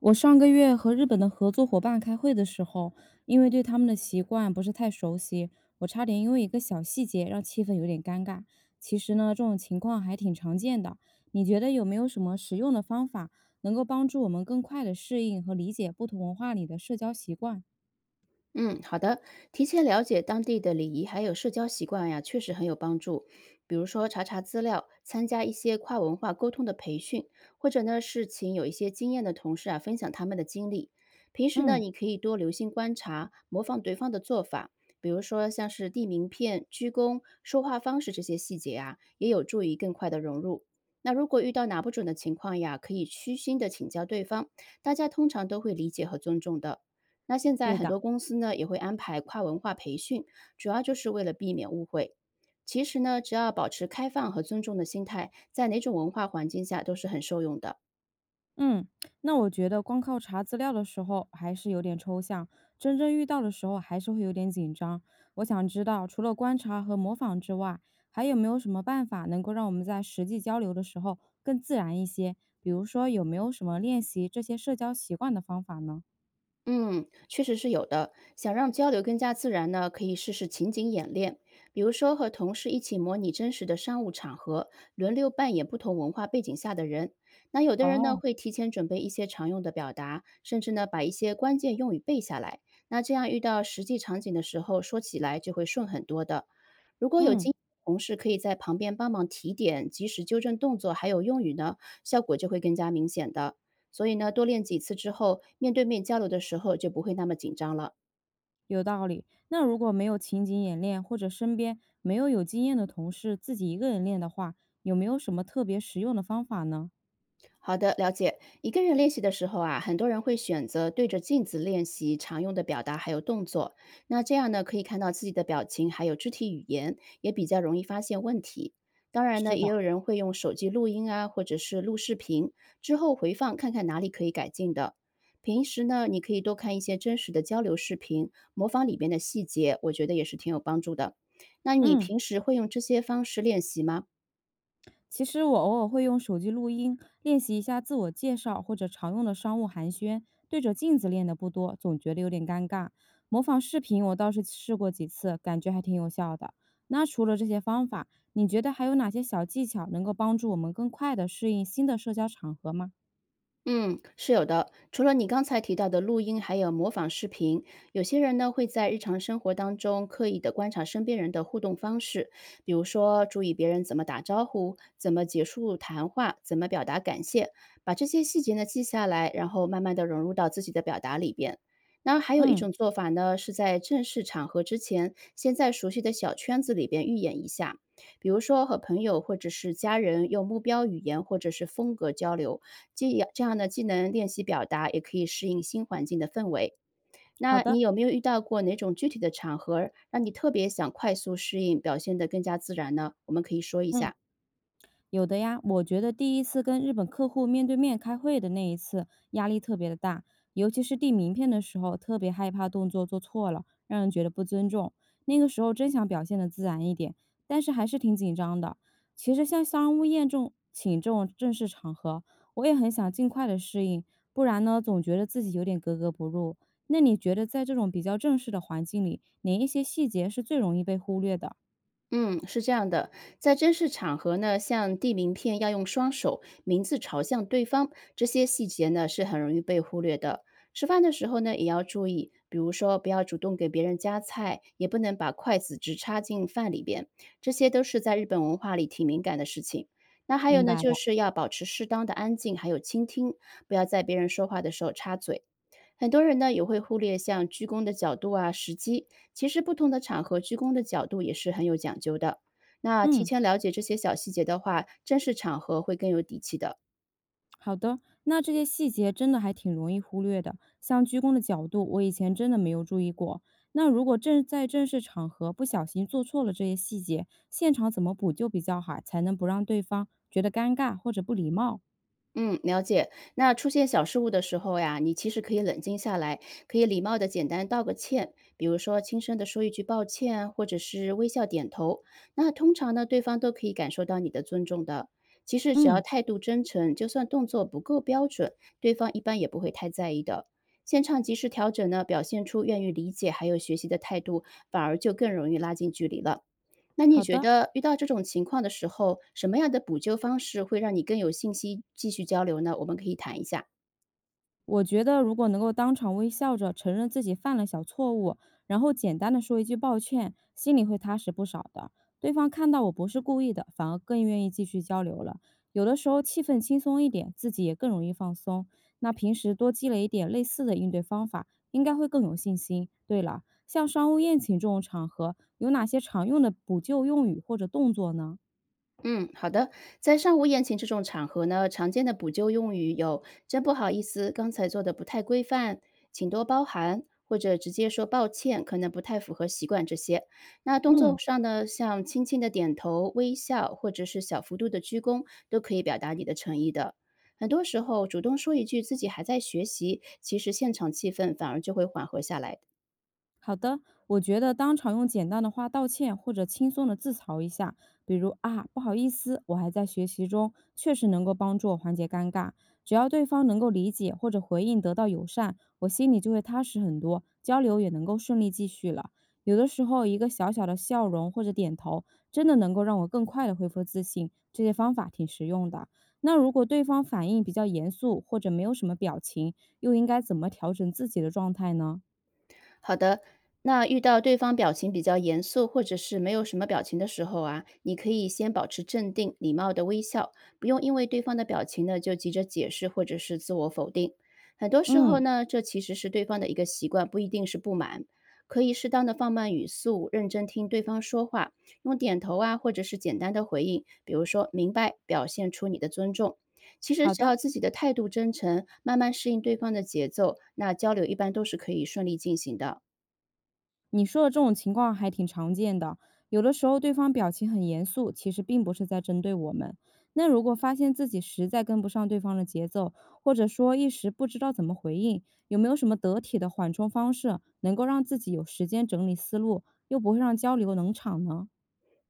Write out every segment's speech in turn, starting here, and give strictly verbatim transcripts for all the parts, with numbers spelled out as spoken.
我上个月和日本的合作伙伴开会的时候，因为对他们的习惯不是太熟悉，我差点因为一个小细节让气氛有点尴尬。其实呢，这种情况还挺常见的。你觉得有没有什么实用的方法能够帮助我们更快的适应和理解不同文化里的社交习惯？嗯，好的。提前了解当地的礼仪还有社交习惯呀，确实很有帮助。比如说查查资料，参加一些跨文化沟通的培训，或者呢是请有一些经验的同事啊分享他们的经历。平时呢，嗯，你可以多留心观察，模仿对方的做法，比如说像是递名片、鞠躬、说话方式这些细节啊，也有助于更快的融入。那如果遇到拿不准的情况呀，可以虚心的请教对方，大家通常都会理解和尊重的。那现在对很的。多公司呢也会安排跨文化培训，主要就是为了避免误会。其实呢，只要保持开放和尊重的心态，在哪种文化环境下都是很受用的。嗯，那我觉得光靠查资料的时候还是有点抽象，真正遇到的时候还是会有点紧张。我想知道，除了观察和模仿之外，还有没有什么办法能够让我们在实际交流的时候更自然一些？比如说，有没有什么练习这些社交习惯的方法呢？嗯，确实是有的。想让交流更加自然呢，可以试试情景演练，比如说和同事一起模拟真实的商务场合，轮流扮演不同文化背景下的人。那有的人呢，哦，会提前准备一些常用的表达，甚至呢，把一些关键用语背下来。那这样遇到实际场景的时候，说起来就会顺很多的。如果有经嗯，验的同事可以在旁边帮忙提点，及时纠正动作还有用语呢，效果就会更加明显的。所以呢，多练几次之后，面对面交流的时候就不会那么紧张了。有道理。那如果没有情景演练，或者身边没有有经验的同事，自己一个人练的话，有没有什么特别实用的方法呢？好的，了解。一个人练习的时候啊，很多人会选择对着镜子练习常用的表达还有动作。那这样呢，可以看到自己的表情还有肢体语言，也比较容易发现问题。当然呢，是也的，有人会用手机录音啊，或者是录视频，之后回放看看哪里可以改进的。平时呢，你可以多看一些真实的交流视频，模仿里边的细节，我觉得也是挺有帮助的。那你嗯。平时会用这些方式练习吗？其实我偶尔会用手机录音练习一下自我介绍或者常用的商务寒暄，对着镜子练的不多，总觉得有点尴尬。模仿视频我倒是试过几次，感觉还挺有效的。那除了这些方法，你觉得还有哪些小技巧能够帮助我们更快的适应新的社交场合吗？嗯，是有的。除了你刚才提到的录音，还有模仿视频，有些人呢会在日常生活当中刻意的观察身边人的互动方式，比如说注意别人怎么打招呼、怎么结束谈话、怎么表达感谢，把这些细节呢记下来，然后慢慢的融入到自己的表达里边。那还有一嗯，种做法呢，是在正式场合之前，先在熟悉的小圈子里边预演一下，比如说和朋友或者是家人用目标语言或者是风格交流。这样这样呢，既能练习表达，也可以适应新环境的氛围。好那你的，有没有遇到过哪种具体的场合，让你特别想快速适应，表现得更加自然呢？我们可以说一嗯。下。有的呀，我觉得第一次跟日本客户面对面开会的那一次，压力特别的大，尤其是递名片的时候，特别害怕动作做错了，让人觉得不尊重。那个时候真想表现的自然一点，但是还是挺紧张的。其实像商务宴这种请这种正式场合，我也很想尽快的适应，不然呢，总觉得自己有点格格不入。那你觉得在这种比较正式的环境里，哪一些细节是最容易被忽略的？嗯，是这样的，在正式场合呢，像递名片要用双手，名字朝向对方，这些细节呢是很容易被忽略的。吃饭的时候呢，也要注意，比如说不要主动给别人夹菜，也不能把筷子直插进饭里边，这些都是在日本文化里挺敏感的事情。那还有明呢，白就了，是要保持适当的安静，还有倾听，不要在别人说话的时候插嘴。很多人呢也会忽略像鞠躬的角度啊、时机，其实不同的场合鞠躬的角度也是很有讲究的。那提嗯。前了解这些小细节的话，正式场合会更有底气的。好的，那这些细节真的还挺容易忽略的，像鞠躬的角度，我以前真的没有注意过。那如果正在正式场合不小心做错了这些细节，现场怎么补救比较好，才能不让对方觉得尴尬或者不礼貌？嗯，了解。那出现小失误的时候呀，你其实可以冷静下来，可以礼貌的简单道个歉，比如说轻声的说一句抱歉，或者是微笑点头。那通常呢，对方都可以感受到你的尊重的。其实只要嗯，态度真诚，就算动作不够标准，对方一般也不会太在意的。现场及时调整呢，表现出愿意理解还有学习的态度，反而就更容易拉近距离了。那你好觉的。得遇到这种情况的时候，什么样的补救方式会让你更有信心继续交流呢？我们可以谈一下。我觉得如果能够当场微笑着承认自己犯了小错误，然后简单的说一句抱歉，心里会踏实不少的。对方看到我不是故意的，反而更愿意继续交流了。有的时候气氛轻松一点，自己也更容易放松。那平时多积累一点类似的应对方法，应该会更有信心。对了，像商务宴请这种场合，有哪些常用的补救用语或者动作呢？嗯，好的。在上午宴请这种场合呢，常见的补救用语有“真不好意思，刚才做的不太规范，请多包涵”，或者直接说“抱歉，可能不太符合习惯”这些。那动作嗯。上呢，像轻轻的点头、微笑，或者是小幅度的鞠躬，都可以表达你的诚意的。很多时候，主动说一句自己还在学习，其实现场气氛反而就会缓和下来的。好的，我觉得当场用简单的话道歉，或者轻松的自嘲一下，比如啊，不好意思，我还在学习中，确实能够帮助我缓解尴尬。只要对方能够理解或者回应得到友善，我心里就会踏实很多，交流也能够顺利继续了。有的时候，一个小小的笑容或者点头，真的能够让我更快的恢复自信。这些方法挺实用的。那如果对方反应比较严肃或者没有什么表情，又应该怎么调整自己的状态呢？好的，那遇到对方表情比较严肃，或者是没有什么表情的时候啊，你可以先保持镇定，礼貌的微笑，不用因为对方的表情呢就急着解释或者是自我否定。很多时候嗯，呢，这其实是对方的一个习惯，不一定是不满。可以适当的放慢语速，认真听对方说话，用点头啊，或者是简单的回应，比如说“明白”，表现出你的尊重。其实好只的。要自己的态度真诚，慢慢适应对方的节奏，那交流一般都是可以顺利进行的。你说的这种情况还挺常见的，有的时候对方表情很严肃，其实并不是在针对我们。那如果发现自己实在跟不上对方的节奏，或者说一时不知道怎么回应，有没有什么得体的缓冲方式，能够让自己有时间整理思路，又不会让交流冷场呢？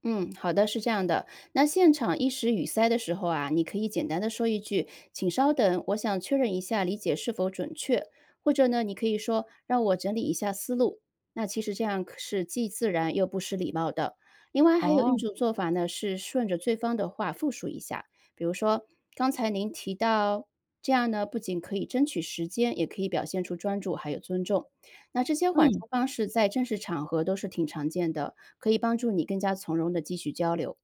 嗯，好的，是这样的。那现场一时语塞的时候啊，你可以简单的说一句“请稍等，我想确认一下理解是否准确”，或者呢，你可以说“让我整理一下思路”。那其实这样可是既自然又不失礼貌的。另外还有一哦，种做法呢，是顺着对方的话复述一下，比如说“刚才您提到”，这样呢，不仅可以争取时间，也可以表现出专注还有尊重。那这些缓嗯，冲方式在正式场合都是挺常见的。可以帮助你更加从容的继续交流。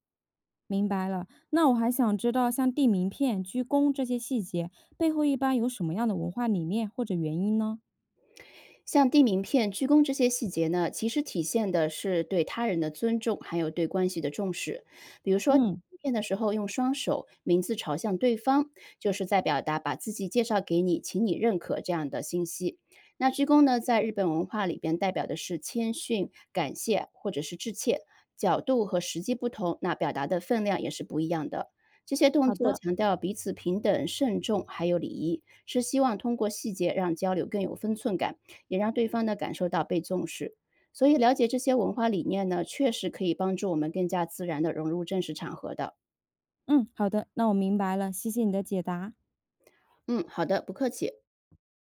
明白了。那我还想知道，像递名片、鞠躬这些细节背后，一般有什么样的文化理念或者原因呢？像递名片、鞠躬这些细节呢，其实体现的是对他人的尊重，还有对关系的重视。比如说，递嗯，名片的时候用双手，名字朝向对方，就是在表达把自己介绍给你，请你认可这样的信息。那鞠躬呢，在日本文化里边代表的是谦逊、感谢或者是致歉。角度和时机不同，那表达的分量也是不一样的。这些动好作的。强调彼此平等、慎重，还有礼仪，是希望通过细节让交流更有分寸感。也让对方呢感受到被重视。所以了解这些文化理念呢，确实可以帮助我们更加自然的融入正式场合的。嗯，好的，那我明白了，谢谢你的解答。嗯，好的，不客气。